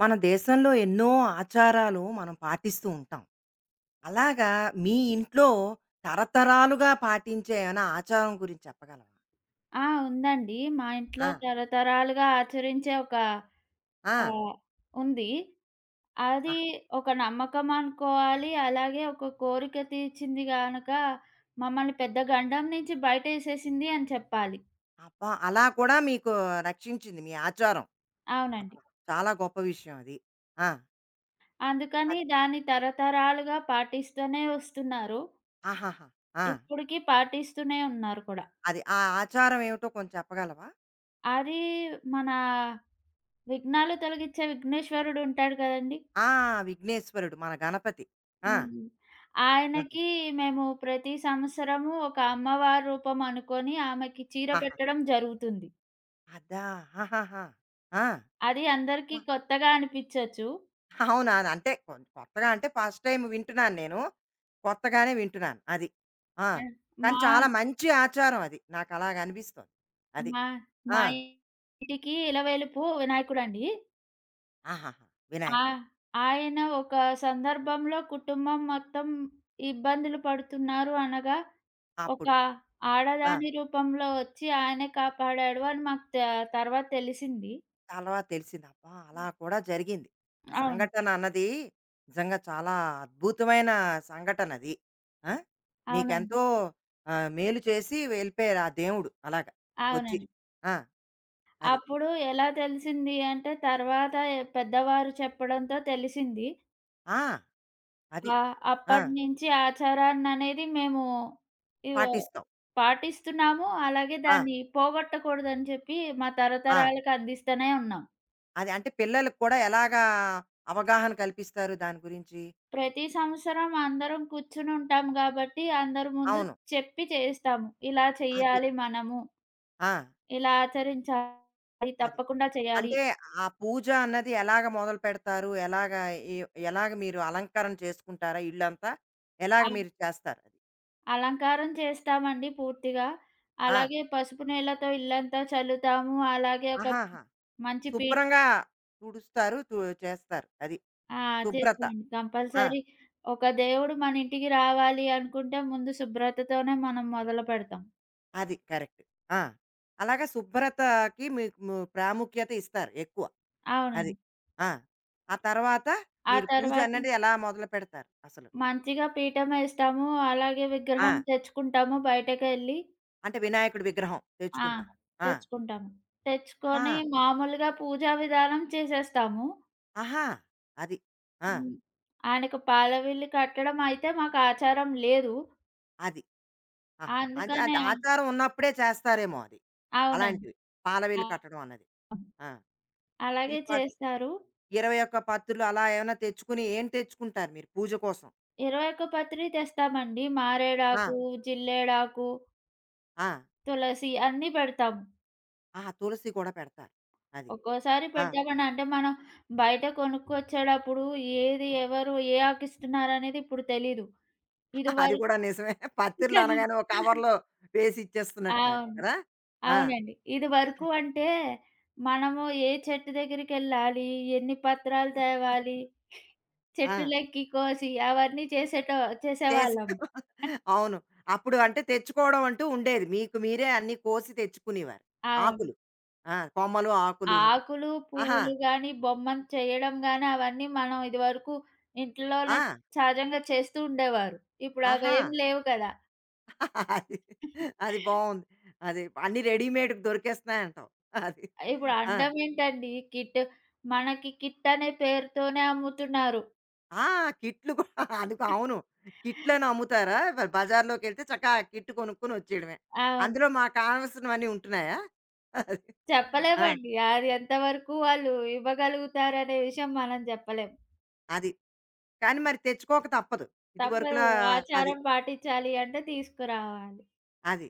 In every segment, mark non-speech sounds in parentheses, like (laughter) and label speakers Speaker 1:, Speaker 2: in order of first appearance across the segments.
Speaker 1: మన దేశంలో ఎన్నో ఆచారాలు మనం పాటిస్తూ ఉంటాం. అలాగా మీ ఇంట్లో తరతరాలుగా పాటించే ఏమైనా ఆచారం గురించి చెప్పగలవా?
Speaker 2: ఆ! ఉందండి. మా ఇంట్లో
Speaker 1: ఆ!
Speaker 2: తరతరాలుగా ఆచరించే ఒక
Speaker 1: ఆ!
Speaker 2: ఆహ్, ఉంది. అది
Speaker 1: ఆహా!
Speaker 2: ఒక నమ్మకం అనుకోవాలి. అలాగే ఒక కోరిక తీర్చింది గనక మమ్మల్ని పెద్ద గండం నుంచి బయటేసేసింది అని చెప్పాలి.
Speaker 1: అబ్బా! అలా కూడా మీకు రక్షించింది మీ ఆచారం.
Speaker 2: అవునండి.
Speaker 1: అబ్బా! చాలా గొప్ప విషయం అది. ఆ!
Speaker 2: అందుకని
Speaker 1: అది.
Speaker 2: దాన్ని తరతరాలుగా పాటిస్తూనే వస్తున్నారు.
Speaker 1: ఆహాహా! ఆ!
Speaker 2: ఇప్పటికి పాటిస్తూనే ఉన్నారు కూడా.
Speaker 1: అది. ఆ ఆచారం ఏమిటో కొంచెం చెప్పగలవా?
Speaker 2: అది మన విఘ్నాలు తొలగించే విఘ్నేశ్వరుడు ఉంటాడు కదండీ!
Speaker 1: ఆ! విఘ్నేశ్వరుడు మన గణపతి. ఆ!
Speaker 2: హ్మ్.
Speaker 1: ఆహా!
Speaker 2: ఆయనకి మేము ప్రతి సంవత్సరము ఒక అమ్మవారి రూపం అనుకోని ఆమెకి చీర
Speaker 1: ఆహా!
Speaker 2: పెట్టడం జరుగుతుంది.
Speaker 1: అదా! ఆహాహా!
Speaker 2: అది అందరికీ
Speaker 1: ఆ!
Speaker 2: కొత్తగా అనిపించొచ్చు.
Speaker 1: అవునా! అంటే కొత్తగా అంటే ఫస్ట్ టైమ్ వింటున్నాను నేను. కొత్తగానే వింటున్నాను. అది. ఆ!
Speaker 2: ఆహ్, మా
Speaker 1: కానీ చాలా మంచి ఆచారం అది. నాకలాగనిపిస్తోంది. అది.
Speaker 2: మా మా
Speaker 1: ఆ!
Speaker 2: ఇంటికి ఇలవేలుపు వినాయకుడండి.
Speaker 1: ఆహాహా!
Speaker 2: ఆ!
Speaker 1: వినాయకుడు.
Speaker 2: ఆయన ఒక సందర్భంలో కుటుంబం మొత్తం ఇబ్బందులు పడుతున్నారు అనగా, ఒక
Speaker 1: అప్పుడు. ఆ!
Speaker 2: ఆడదాని రూపంలో వచ్చి ఆయనే కాపాడాడు అని మాకు తర్వాత తెలిసింది.
Speaker 1: తర్వాత తెలిసింది. అబ్బా! అలా కూడా జరిగింది. ఆ
Speaker 2: అవును.
Speaker 1: సంఘటన అన్నది నిజంగా చాలా అద్భుతమైన సంఘటనది. ఆ!
Speaker 2: అవునండి.
Speaker 1: మీకెంతో మేలు చేసి వెళ్ళిపోయారు ఆ దేవుడు అలాగా వచ్చి.
Speaker 2: అవునండి.
Speaker 1: ఆ! అది.
Speaker 2: అప్పుడు ఎలా తెలిసింది అంటే, తర్వాత పెద్దవారు చెప్పడంతో తెలిసింది.
Speaker 1: ఆ! అది. ఆ!
Speaker 2: అప్పటినుంచి ఆచారాన్ననేది మేము ఇవ
Speaker 1: పాటిస్తాం.
Speaker 2: పాటిస్తున్నాము. అలాగే
Speaker 1: ఆ!
Speaker 2: దాన్ని పోగొట్టకూడదని చెప్పి మా
Speaker 1: ఆ!
Speaker 2: తరతరాలకు అందిస్తూనే ఉన్నాం.
Speaker 1: అది అంటే పిల్లలకి కూడా ఎలాగా అవగాహన కల్పిస్తారు దాని గురించి?
Speaker 2: ప్రతి సంవత్సరం అందరం కూర్చునుంటాం గాబట్టి, అందరి ముందు
Speaker 1: అవును.
Speaker 2: చెప్పి చేస్తాము. ఇలా
Speaker 1: అది.
Speaker 2: చెయ్యాలి మనము.
Speaker 1: ఆ!
Speaker 2: ఇలా ఆచరించాలి.
Speaker 1: అది.
Speaker 2: తప్పకుండా చేయాలి.
Speaker 1: అంటే ఆ పూజ అన్నది ఎలాగ మొదలుపెడతారు? ఎలాగ ఎ ఎలాగ మీరు అలంకరణ చేసుకుంటారా ఇల్లంతా? ఎలాగ మీరు చేస్తారు అది?
Speaker 2: అలంకారం చేస్తామండి పూర్తిగా.
Speaker 1: ఆ!
Speaker 2: అలాగే పసుపు నీళ్ళతో ఇల్లంతా చల్లుతాము. అలాగే ఒక
Speaker 1: ఆహాహా!
Speaker 2: మంచి పీట.
Speaker 1: శుభ్రంగా తుడుస్తారు. చేస్తారు. అది.
Speaker 2: ఆ!
Speaker 1: శుభ్రత.
Speaker 2: చేస్తామండి.
Speaker 1: ఆ!
Speaker 2: కంపల్సరీ ఒక దేవుడు మన ఇంటికి రావాలి అనుకుంటే ముందు శుభ్రతతోనే మనం మొదలుపెడతాం.
Speaker 1: అది. కరెక్ట్. ఆ! అలాగా శుభ్రతకి మీకు ప్రాముఖ్యత ఇస్తారు ఎక్కువ. అది.
Speaker 2: అవునండి.
Speaker 1: ఆ! ఆ తర్వాత
Speaker 2: ఆ
Speaker 1: మీరు పూజ
Speaker 2: తర్వాత
Speaker 1: అన్నది ఎలా మొదలు పెడతారు అసలు?
Speaker 2: మంచిగా పీఠమేస్తాము. అలాగే
Speaker 1: ఆ!
Speaker 2: విగ్రహం తెచ్చుకుంటాము బయటకెళ్ళి.
Speaker 1: అంటే వినాయకుడి విగ్రహం
Speaker 2: ఆ!
Speaker 1: తెచ్చుకుంటారు. ఆ!
Speaker 2: తెచ్చుకుంటాము. తెచ్చుకొని
Speaker 1: ఆ!
Speaker 2: మామూలుగా పూజా విధానం చేసేస్తాము.
Speaker 1: ఆహా! అది. ఆ!
Speaker 2: హ్మ్. ఆయనకు పాల పిల్లి కట్టడం అయితే మాకు ఆచారం లేదు.
Speaker 1: అది. ఆహా! అంటే అది
Speaker 2: అందుకనే
Speaker 1: ఆచారం ఉన్నప్పుడే చేస్తారేమో అది.
Speaker 2: అవునండి.
Speaker 1: అలాంటివి. పాలవీలు
Speaker 2: అవును.
Speaker 1: కట్టడం అన్నది. ఆ! ఈ
Speaker 2: అలాగే
Speaker 1: పత్
Speaker 2: చేస్తారు.
Speaker 1: 21 పత్తులు అలా ఏమైనా తెచ్చుకుని ఏం తెచ్చుకుంటారు మీరు పూజ కోసం?
Speaker 2: 21 పత్రి తెస్తామండి.
Speaker 1: ఆ!
Speaker 2: మారేడాకు, జిల్లేడాకు,
Speaker 1: ఆ!
Speaker 2: తులసి అన్నీ పెడతాము.
Speaker 1: ఆహా! తులసి కూడా పెడతారు. అది.
Speaker 2: ఒక్కోసారి
Speaker 1: ఆ!
Speaker 2: పెడతామని అంటే మనం బయట కొనుక్కొచ్చేటప్పుడు ఏది ఎవరు ఏ ఆకు ఇస్తున్నారనేది ఇప్పుడు తెలీదు.
Speaker 1: అది
Speaker 2: ఇదివరకు
Speaker 1: కూడా నిజమే. పత్తిర్లు అనగానే ఒక
Speaker 2: (laughs)
Speaker 1: కవర్‌లో వేసి ఇచ్చేస్తున్నట్టున్నారు
Speaker 2: అవును.
Speaker 1: కదా! ఆ!
Speaker 2: అవునండి. ఇది వరకు అంటే మనము ఏ చెట్టు దగ్గరికెళ్ళాలి, ఎన్ని పత్రాలు తేవాలి,
Speaker 1: ఆ!
Speaker 2: చెట్టులెక్కి కోసి అవన్నీ
Speaker 1: చేసి
Speaker 2: చేసేవాళ్ళం.
Speaker 1: అవును. అప్పుడు అంటే తెచ్చుకోవడం అంటూ ఉండేది. మీకు మీరే అన్నీ కోసి తెచ్చుకునేవారు.
Speaker 2: అవును.
Speaker 1: ఆకులు. ఆ! కొమ్మలు, ఆకులును.
Speaker 2: ఆకులు,
Speaker 1: ఆహా!
Speaker 2: పువ్వులు గాని, బొమ్మను చేయడం గాని అవన్నీ మనం ఇదివరకు ఇంట్లోనే
Speaker 1: ఆ!
Speaker 2: సహజంగా చేస్తూ ఉండేవారు. ఇప్పుడు
Speaker 1: ఆహా!
Speaker 2: అవేం లేవు కదా!
Speaker 1: అది అది బావుంది. అది అన్నీ రెడీమేడ్‌కి దొరికేస్తున్నాయంటావు. అది.
Speaker 2: ఇప్పుడు
Speaker 1: ఆ!
Speaker 2: అనడం ఏంటండి, కిట్ మనకి కిట్ అనే పేరుతోనే అమ్ముతున్నారు.
Speaker 1: ఆ! కిట్లు కూడా (laughs) అందుకు అవును. కిట్లని అమ్ముతారా? మరి బజార్‌లోకెళ్తే చక్కగా ఆ కిట్ కొనుక్కొని వచ్చేయడమే.
Speaker 2: అవును.
Speaker 1: అందులో మాకు కావాల్సినవన్నీ ఉంటున్నాయా? అది. ఆ!
Speaker 2: చెప్పలేమండి. అది ఎంతవరకు వాళ్ళు ఇవ్వగలుగుతారనే విషయం మనం జెప్పలేం.
Speaker 1: అది. కానీ మరి తెచ్చుకోక తప్పదు. ఇదివరకులా
Speaker 2: తప్పదు.
Speaker 1: అది.
Speaker 2: ఆచారం పాటించాలి అంటే తీసుకురావాలి.
Speaker 1: అది.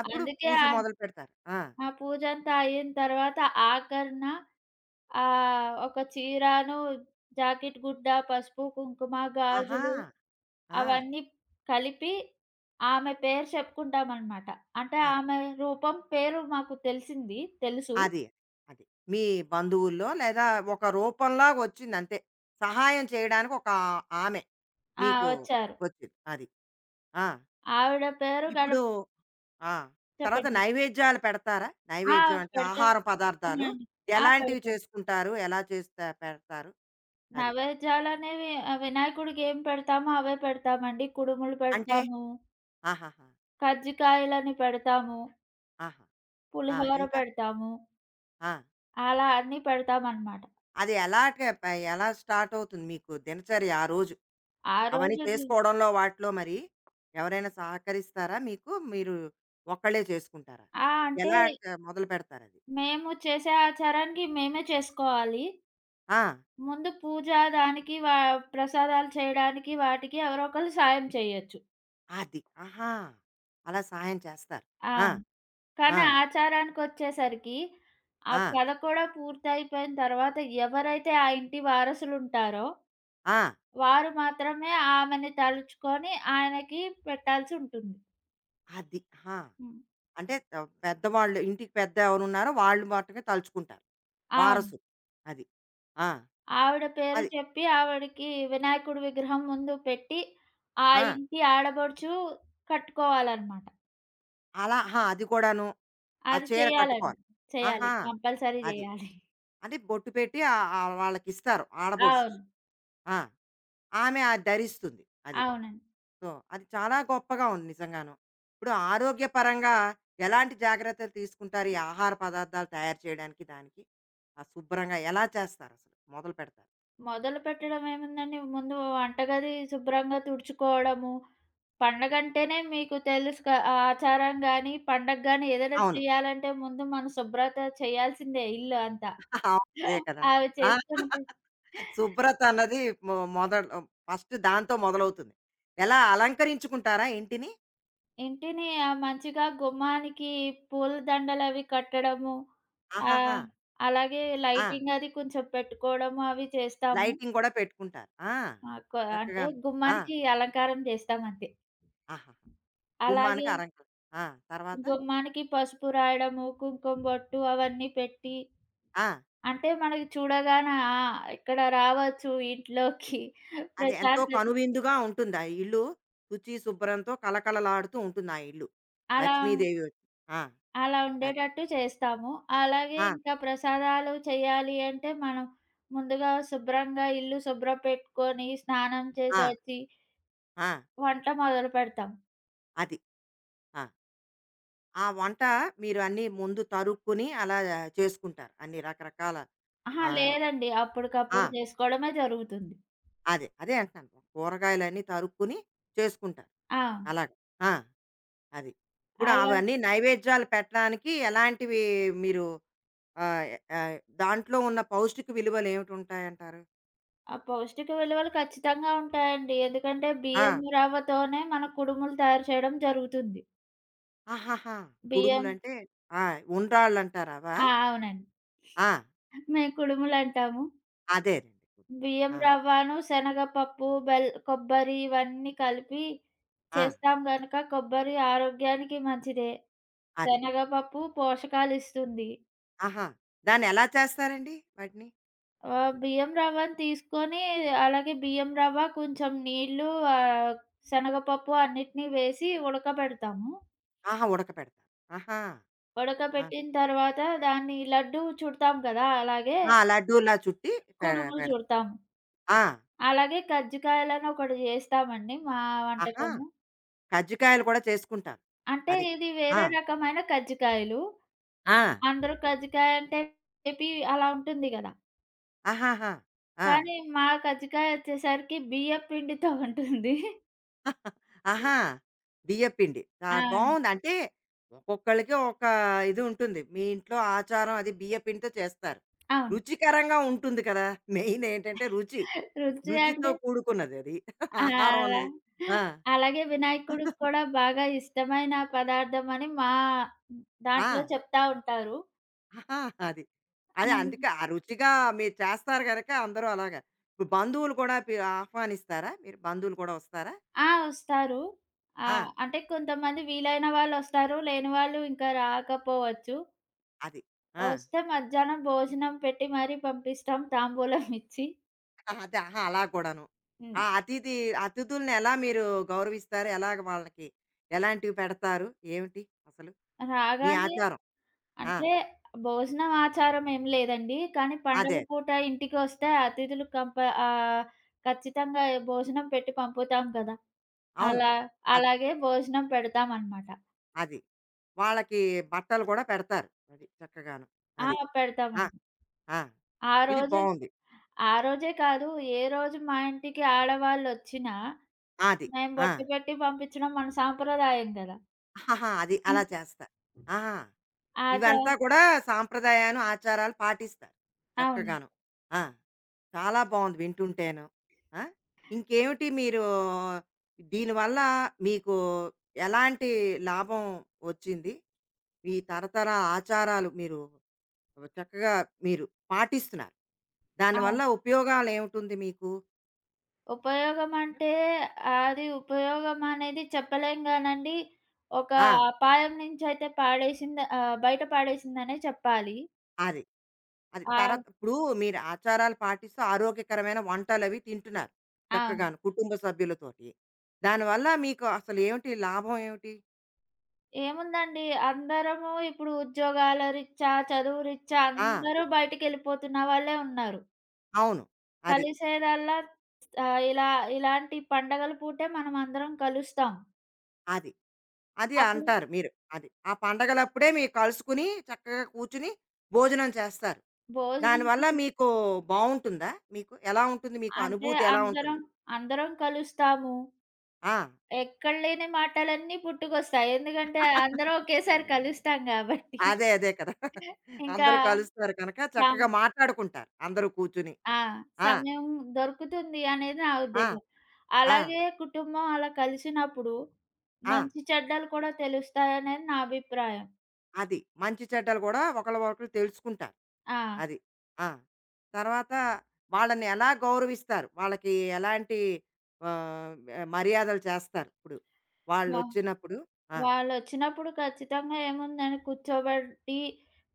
Speaker 1: అప్పుడు
Speaker 2: అందుకే
Speaker 1: పూజ
Speaker 2: ఆ
Speaker 1: మొదలుపెడతారు. ఆ!
Speaker 2: ఆ పూజంతా అయిన తర్వాత ఆఖరిన ఒక చీరను, జాకెట్ గుడ్డ, పసుపు, కుంకుమ,
Speaker 1: ఆహా!
Speaker 2: గాజులు
Speaker 1: ఆ!
Speaker 2: అవన్నీ కలిపి ఆమె పేరు చెప్పుకుంటామనమాట. అంటే
Speaker 1: అది.
Speaker 2: ఆమె రూపం పేరు మాకు తెలిసింది. తెలుసు.
Speaker 1: అది. అది. మీ బంధువుల్లో లేదా ఒక రూపంలాగా వచ్చిందంతే. సహాయం చేయడానికి ఒక ఆమె
Speaker 2: ఆ!
Speaker 1: మీకు
Speaker 2: వచ్చారు.
Speaker 1: వచ్చింది. అది. ఆ!
Speaker 2: ఆవిడ పేరు
Speaker 1: ఇప్పుడు
Speaker 2: గణపతి
Speaker 1: ఆ! తర్వాత
Speaker 2: చెప్పండి.
Speaker 1: నైవేద్యాలు పెడతారా?
Speaker 2: ఆ!
Speaker 1: నైవేద్యం అంటే ఆహార పదార్థాలు
Speaker 2: పెడతామండి. ఆ!
Speaker 1: ఎలాంటివి
Speaker 2: పెడతాం.
Speaker 1: చేసుకుంటారు? ఎలా చేస్తా పెడతారు? అది.
Speaker 2: నైవేద్యాలనేవి వినాయకుడికి ఏం పెడతామో అవే పెడతామండి. కుడుములు
Speaker 1: అంటే
Speaker 2: పెడతాము,
Speaker 1: ఆహాహా!
Speaker 2: కజ్జికాయలని పెడతాము,
Speaker 1: ఆహా! ఆ!
Speaker 2: పులిహోర
Speaker 1: ఇంకా?
Speaker 2: పెడతాము.
Speaker 1: ఆ!
Speaker 2: అలా అన్నీ పెడతామనమాట.
Speaker 1: అది ఎలాగా ప ఎలా స్టార్ట్ అవుతుంది మీకు దినచర్య ఆ రోజు?
Speaker 2: ఆ
Speaker 1: అవన్నీ
Speaker 2: రోజుది.
Speaker 1: చేసుకోవడంలో వాటిలో మరి ఎవరైనా సహకరిస్తారా మీకు? మీరు ఒక్కళ్ళే చేసుకుంటారా?
Speaker 2: ఆ! అంటే
Speaker 1: ఎలా క మొదలుపెడతారది?
Speaker 2: మేము చేసే ఆచారానికి మేమే చేసుకోవాలి.
Speaker 1: ఆ!
Speaker 2: ముందు పూజ దానికి ప్రసాదాలు చేయడానికి వాటికి ఎవరో ఒకళ్ళు సాయం చేయొచ్చు.
Speaker 1: అది. ఆహా! అలా సహాయం చేస్తారు. ఆ!
Speaker 2: అవును.
Speaker 1: ఆ!
Speaker 2: కానీ ఆచారానికొచ్చేసరికి, ఆ
Speaker 1: ఆ!
Speaker 2: కథ కూడా పూర్తయిపోయిన తర్వాత ఎవరైతే ఆ ఇంటి వారసులుంటారో,
Speaker 1: ఆ!
Speaker 2: వారు మాత్రమే ఆమెని తలుచుకొని ఆయనకి పెట్టాల్సుంటుంది.
Speaker 1: అది. ఆ!
Speaker 2: హ్మ్.
Speaker 1: అంటే పెద్దవాళ్ళు ఇంటికి పెద్ద ఎవరున్నారో వాళ్ళు మట్టుకే తలుచుకుంటారు.
Speaker 2: అవును.
Speaker 1: వారసులు. అది. ఆ!
Speaker 2: ఆవిడ పేరు
Speaker 1: అది.
Speaker 2: చెప్పి ఆవిడకి వినాయకుడి విగ్రహం ముందు పెట్టి, ఆ
Speaker 1: ఆ!
Speaker 2: ఇంటి ఆడబడుచు కట్టుకోవాలనమాట.
Speaker 1: అలా అహా! అది కూడాను. ఆ
Speaker 2: అది
Speaker 1: చీర
Speaker 2: చెయ్యాలండి.
Speaker 1: కట్టుకోవాలి.
Speaker 2: చెయ్యాలి.
Speaker 1: ఆహా!
Speaker 2: కంపల్సరీ
Speaker 1: అది.
Speaker 2: జెయ్యాలి.
Speaker 1: అంటే బొట్టు పెట్టి ఆహ్, ఆహ్, వాళ్ళకిస్తారు
Speaker 2: అవును.
Speaker 1: ఆడపడుచుకి. ఆ! ఆమె అది ధరిస్తుంది. అది.
Speaker 2: అవునండి.
Speaker 1: సో, అది చాలా గొప్పగా ఉంది నిజంగాను. ఇప్పుడు ఆరోగ్యపరంగా ఎలాంటి జాగ్రత్తలు తీసుకుంటారు? ఈ ఆహార పదార్థాలు తయారు చేయడానికి దానికి? ఆ శుభ్రంగా ఎలా చేస్తారసలు? మొదలు పెడతారు?
Speaker 2: మొదలుపెట్టడం ఏముందండి, ముందు వంటగది శుభ్రంగా తుడుచుకోవడము, పండగంటేనే మీకు తెలుసు ఆ ఆచారం గాని, పండగ గాని ఏదైనా
Speaker 1: అవును.
Speaker 2: చేయాలంటే ముందు మనం శుభ్రత చేయాల్సిందే ఇల్లు అంతా.
Speaker 1: (laughs) అవును. అదే కదా!
Speaker 2: అవి
Speaker 1: ఆ!
Speaker 2: చేసుకొని పె
Speaker 1: శుభ్రత అన్నది మొదలు ఫస్ట్ దాంతో మొదలవుతుంది. ఎలా అలంకరించుకుంటారా ఇంటిని?
Speaker 2: ఇంటిని మంచిగా గుమ్మానికి పూలదండలవి కట్టడము.
Speaker 1: ఆహాహా!
Speaker 2: ఆహ్, అలాగే
Speaker 1: ఆ!
Speaker 2: లైటింగ్ అది కొంచెం పెట్టుకోవడము అవి చేస్తాము.
Speaker 1: లైటింగ్ కూడా పెట్టుకుంటారు. ఆ!
Speaker 2: ఆహ్, కొ అంటే
Speaker 1: చక్కగాను. ఆ!
Speaker 2: గుమ్మానికి అలంకారం చేస్తాం అంతే.
Speaker 1: ఆహాహా! గుమ్మానికి
Speaker 2: అలాగే
Speaker 1: అలంకరణ. ఆ! తర్వాత?
Speaker 2: గుమ్మానికి పసుపు రాయడము, కుంకుమ బొట్టు అవన్నీ పెట్టి
Speaker 1: ఆ!
Speaker 2: అంటే మనకి చూడగానే ఆ! ఇక్కడ రావచ్చు ఇంట్లోకి (laughs)
Speaker 1: అది ఎంతో
Speaker 2: ప్రశాంతత
Speaker 1: కనువిందుగా ఉంటుంది. ఆ ఇల్లు శుచి, శుభ్రంతో కళకళలాడుతూ ఉంటుంది ఆ ఇల్లు.
Speaker 2: అలా
Speaker 1: లక్ష్మీదేవి వచ్చి ఆ!
Speaker 2: అలా
Speaker 1: అది.
Speaker 2: ఉండేటట్టు చేస్తాము. అలాగే
Speaker 1: ఆ!
Speaker 2: ఇంకా ప్రసాదాలు చేయాలి అంటే మనం ముందుగా శుభ్రంగా ఇల్లు శుభ్రం పెట్టుకొని, స్నానం చేసి
Speaker 1: ఆ!
Speaker 2: వచ్చి
Speaker 1: ఆ!
Speaker 2: వంట మొదలుపెడతాం.
Speaker 1: అది. ఆ! ఆ వంట మీరు అన్నీ ముందు తరుక్కుని అలా చేసుకుంటారు. అన్ని రకరకాల
Speaker 2: అహా!
Speaker 1: ఆహ్,
Speaker 2: లేదండి.
Speaker 1: ఆ!
Speaker 2: అప్పటికప్పుడు చేసుకోవడమే జరుగుతుంది.
Speaker 1: అదే. అదే అంటున్నాను. కూరగాయలన్నీ తరుక్కుని చేసుకుంటారు.
Speaker 2: ఆ!
Speaker 1: అలాగా. ఆ! అది. ఇప్పుడు
Speaker 2: అలా
Speaker 1: అవన్నీ నైవేద్యాలు పెట్టడానికి ఎలాంటివి మీరు ఆహ్, ఆహ్, దాంట్లో ఉన్న పౌష్టిక విలువలు ఏమిటుంటాయంటారు?
Speaker 2: ఆ పౌష్టిక విలువలు ఖచ్చితంగా ఉంటాయండి. ఎందుకంటే బియ్యం
Speaker 1: ఆ!
Speaker 2: రవ్వతోనే మన కుడుములు తయారు చేయడం జరుగుతుంది.
Speaker 1: ఆహాహా!
Speaker 2: బియ్యం.
Speaker 1: కుడుములంటే ఆ! ఉండ్రాళ్ళంటారు అవా?
Speaker 2: ఆ! అవునండి.
Speaker 1: ఆ!
Speaker 2: మేము కుడుములంటాము.
Speaker 1: అదేనండి.
Speaker 2: బియ్యం
Speaker 1: ఆ!
Speaker 2: రవ్వను, శనగపప్పు, బెల్ కొబ్బరి ఇవన్నీ కలిపి
Speaker 1: ఆ!
Speaker 2: చేస్తాం గనక కొబ్బరి ఆరోగ్యానికి మంచిదే.
Speaker 1: అది.
Speaker 2: శనగపప్పు పోషకాలిస్తుంది.
Speaker 1: ఆహా! దాన్నెలా చేస్తారండి వాటిని?
Speaker 2: బియ్యం రవ్వను తీసుకొని అలాగే బియ్యం రవ్వ కొంచెం నీళ్లు, ఆహ్, శనగపప్పు అన్నిటిని వేసి ఉడకబెడతాము.
Speaker 1: ఆహా! ఉడకపెడతారు. ఆహా! ఆ!
Speaker 2: ఉడకబెట్టిన తర్వాత దాన్ని లడ్డూ చుడతాం కదా! అలాగే
Speaker 1: ఆ! లడ్డూలా చుట్టి పె
Speaker 2: కుడుములు
Speaker 1: పెడతారు.
Speaker 2: చుడతాము.
Speaker 1: ఆ!
Speaker 2: అలాగే కజ్జికాయలని ఒకటి జేస్తామండి మా
Speaker 1: ఆహా!
Speaker 2: వంటకము.
Speaker 1: కజ్జికాయలు కూడా చేసుకుంటారు.
Speaker 2: అంటే
Speaker 1: అది.
Speaker 2: ఇది
Speaker 1: ఆ!
Speaker 2: వేరే రకమైన కజ్జికాయలు.
Speaker 1: ఆ!
Speaker 2: అందరూ కజ్జికాయ అంటే మేబీ అలా ఉంటుంది గదా!
Speaker 1: ఆహాహా! ఆ!
Speaker 2: కానీ మా కజ్జికాయ వచ్చేసరికి బియ్యపు పిండితో ఉంటుంది.
Speaker 1: ఆహా! బియ్యప్పిండి. ఆ!
Speaker 2: ఆ!
Speaker 1: బావుంది. అంటే ఒక్కొక్కళ్ళకి ఒక ఇది ఉంటుంది. మీ ఇంట్లో ఆచారం అది బియ్యపిండితో చేస్తారు.
Speaker 2: అవును.
Speaker 1: రుచికరంగా ఉంటుంది కదా! మెయిన్ ఏంటంటే రుచి.
Speaker 2: రుచి అంటే
Speaker 1: రుచితో కూడుకున్నది అది.
Speaker 2: ఆ!
Speaker 1: ఆహారం
Speaker 2: అలా
Speaker 1: అన్నది. ఆ!
Speaker 2: అలాగే వినాయకుడికి కూడా బాగా ఇష్టమైన పదార్థం అని మా
Speaker 1: ఆ!
Speaker 2: దాంట్లో చెప్తా ఉంటారు.
Speaker 1: ఆహా! అది. అదే అందుకే
Speaker 2: అవును.
Speaker 1: ఆ రుచిగా మీరు చేస్తారు గనక అందరూ అలాగా. ఇప్పుడు బంధువులు కూడా ఆహ్వానిస్తారా? మీరు బంధువులు కూడా వస్తారా?
Speaker 2: ఆ! వస్తారు. ఆ!
Speaker 1: ఆ!
Speaker 2: అంటే కొంతమంది వీలైన వాళ్ళొస్తారు. లేని వాళ్ళు ఇంకా రాకపోవచ్చు.
Speaker 1: అది. ఆ!
Speaker 2: వస్తే మధ్యాహ్నం భోజనం పెట్టి మరీ పంపిస్తాం. తాంబూలం ఇచ్చి.
Speaker 1: (laughs) అదే. ఆహా! అలా కూడాను.
Speaker 2: హ్మ్.
Speaker 1: ఆ అతిథి అతిథుల్ని ఎలా మీరు గౌరవిస్తారు? ఎలాగ వాళ్ళకి ఎలాంటివి పెడతారు? ఏమిటి అసలు మీ
Speaker 2: రాగానే
Speaker 1: ఆచారం? ఆ!
Speaker 2: అంటే భోజనం ఆచారం ఏం లేదండి. కానీ పండగ
Speaker 1: అదే.
Speaker 2: పూట ఇంటికొస్తే అతిథులు ఆహ్, ఖచ్చితంగా భోజనం పెట్టి పంపుతాం కదా!
Speaker 1: అవును.
Speaker 2: అలా
Speaker 1: అది.
Speaker 2: అలాగే భోజనం పెడతామనమాట.
Speaker 1: అది. వాళ్ళకి బట్టలు కూడా పెడతారు. అది చక్కగాను.
Speaker 2: ఆ!
Speaker 1: అది. ఆ!
Speaker 2: పెడతామండి.
Speaker 1: ఆ!
Speaker 2: ఆ
Speaker 1: ఇది
Speaker 2: రోజు
Speaker 1: బావుంది.
Speaker 2: ఆ రోజే కాదు, ఏ రోజు మా ఇంటికి ఆడవాళ్ళొచ్చినా
Speaker 1: అది.
Speaker 2: మేము
Speaker 1: ఆ! (laughs)
Speaker 2: బొట్టు పెట్టి పంపించడం మన సాంప్రదాయం కదా!
Speaker 1: ఆహాహా! అది
Speaker 2: హ్మ్.
Speaker 1: అలా చేస్తారు. ఆహా! ఇవంతా
Speaker 2: ఆచారం.
Speaker 1: కూడా సాంప్రదాయాలు, ఆచారాలు పాటిస్తారు
Speaker 2: అవును.
Speaker 1: చక్కగాను. ఆ! చాలా బావుంది వింటుంటేను. ఆ! ఇంకేమిటి మీరు దీనివల్ల మీకు ఎలాంటి లాభం వచ్చింది? ఈ తరతరాల ఆచారాలు మీరు చక్కగా మీరు పాటిస్తున్నారు.
Speaker 2: అవును.
Speaker 1: దానివల్ల ఉపయోగాలేమిటుంది మీకు?
Speaker 2: ఉపయోగమంటే, అది ఉపయోగమనేది చెప్పలేం గానండి. ఒక
Speaker 1: ఆ!
Speaker 2: అపాయం నుంచయితే పాడేసింది, బయట పడేసిందనే చెప్పాలి.
Speaker 1: అది. అది
Speaker 2: ఆహ్,
Speaker 1: తర్వాత ఇప్పుడు మీరు ఆచారాలు పాటిస్తూ ఆరోగ్యకరమైన వంటలవి తింటున్నారు
Speaker 2: ఆ!
Speaker 1: చక్కగాను కుటుంబ సభ్యులతోటి. దానివల్ల మీకు అసలు ఏమిటి లాభం ఏమిటి?
Speaker 2: ఏముందండి, అందరము ఇప్పుడు ఉద్యోగాల రీత్యా, చదువు రీత్యా
Speaker 1: ఆ!
Speaker 2: అందరూ బయటికెళ్ళిపోతున్న వాళ్ళే ఉన్నారు.
Speaker 1: అవును. అది.
Speaker 2: కలిసేదల్లా ఆహ్, ఇలా ఇలాంటి పండగల పూటే మనమందరం కలుస్తాం.
Speaker 1: అది. అది
Speaker 2: అప్పుడు
Speaker 1: అంటారు మీరు. అది. ఆ పండగలప్పుడే మీరు కలుసుకుని చక్కగా కూర్చుని భోజనం చేస్తారు.
Speaker 2: భోజనం చే
Speaker 1: దానివల్ల మీకు బావుంటుందా? మీకు ఎలా ఉంటుంది? మీకు
Speaker 2: అంటే
Speaker 1: అనుభూతి ఎలా
Speaker 2: అందరం
Speaker 1: ఉంటుంది?
Speaker 2: అందరం కలుస్తాము.
Speaker 1: ఆ!
Speaker 2: ఎక్కడ లేని మాటలన్నీ పుట్టుకొస్తాయి. ఎందుకంటే
Speaker 1: (laughs)
Speaker 2: అందరం ఒకేసారి కలుస్తాం గాబట్టి.
Speaker 1: అదే. అదే కదా!
Speaker 2: ఇంకా
Speaker 1: అందరూ కలుస్తారు కనుక
Speaker 2: సం
Speaker 1: చక్కగా మాట్లాడుకుంటారు అందరూ కూర్చుని.
Speaker 2: ఆ!
Speaker 1: ఆ!
Speaker 2: సమయం దొరుకుతుంది అనేది నా
Speaker 1: ఆ!
Speaker 2: ఉద్దేశ్యం.
Speaker 1: ఆ!
Speaker 2: అలాగే కుటుంబం అలా కలిసినప్పుడు
Speaker 1: ఆ!
Speaker 2: మంచి చెడ్డలు కూడా తెలుస్తాయనేది నా అభిప్రాయం.
Speaker 1: అది. మంచి చెడ్డలు గూడా ఒకళ్ళ ఒకళ్ళు తెలుసుకుంటారు.
Speaker 2: ఆ!
Speaker 1: అది. ఆ! తర్వాత వాళ్ళని ఎలా గౌరవిస్తారు? వాళ్ళకి ఎలాంటి ఆహ్, మర్యాదలు చేస్తారు ఇప్పుడు?
Speaker 2: వా
Speaker 1: వాళ్ళొచ్చినప్పుడు ఆ!
Speaker 2: వాళ్ళొచ్చినప్పుడు ఖచ్చితంగా ఏముందని కూర్చోబెట్టి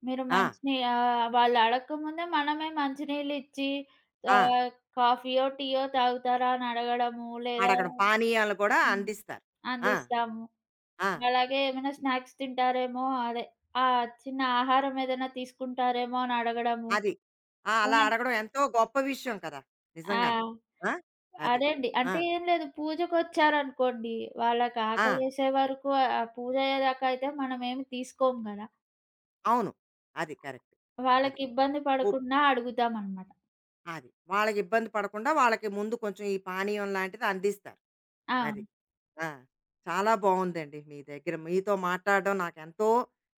Speaker 2: మీరు
Speaker 1: ఆ!
Speaker 2: వాళ్ళు అడక్కముందే మనమే మంచినీళ్ళిచ్చి,
Speaker 1: ఆ!
Speaker 2: ఆహ్, కాఫీయో, టీయో తాగుతారా అని అడగడము. లేదా
Speaker 1: అడగడం. పానీయాలు కూడా
Speaker 2: హ్మ్.
Speaker 1: అందిస్తారు. ఆ!
Speaker 2: అందిస్తాము.
Speaker 1: ఆ!
Speaker 2: అలాగే ఏమైనా స్నాక్స్ తింటారేమో అదే ఆ! చిన్న ఆహారం ఏదైనా తీసుకుంటారేమో అని అడగడము.
Speaker 1: అది. ఆ! అలా
Speaker 2: ఏహ్!
Speaker 1: అడగడం ఎంతో గొప్ప విషయం కదా!
Speaker 2: ఆ!
Speaker 1: నిజంగాను. ఆ! అది.
Speaker 2: అదే అండి.
Speaker 1: ఆ!
Speaker 2: అంటే ఏం లేదు, పూజకొచ్చారనుకోండి, వాళ్ళకి
Speaker 1: ఆ!
Speaker 2: ఆకలేసే వరకు ఆ పూజ అయ్యేదాకా అయితే మనమేమి తీసుకోము గదా!
Speaker 1: అవును. అది కరెక్ట్. అది.
Speaker 2: వాళ్ళకి ఇబ్బంది
Speaker 1: ఓ
Speaker 2: పడకుండా అడుగుతామనమాట.
Speaker 1: అది. వాళ్ళకి ఇబ్బంది పడకుండా వాళ్ళకి ముందు కొంచెం ఈ పానీయం లాంటిది అందిస్తారు.
Speaker 2: ఆ!
Speaker 1: అది. ఆ! చాలా బావుందండి. మీ దగ్గర మీతో మాట్లాడడం నాకెంతో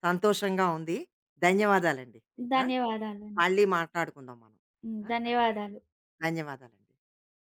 Speaker 1: సంతోషంగా ఉంది. ధన్యవాదాలండి. ఆ!
Speaker 2: ధన్యవాదాలండి.
Speaker 1: మళ్ళీ మాట్లాడుకుందాం మనం.
Speaker 2: హ్మ్.
Speaker 1: ఆ!
Speaker 2: ధన్యవాదాలు.
Speaker 1: ధన్యవాదాలండి.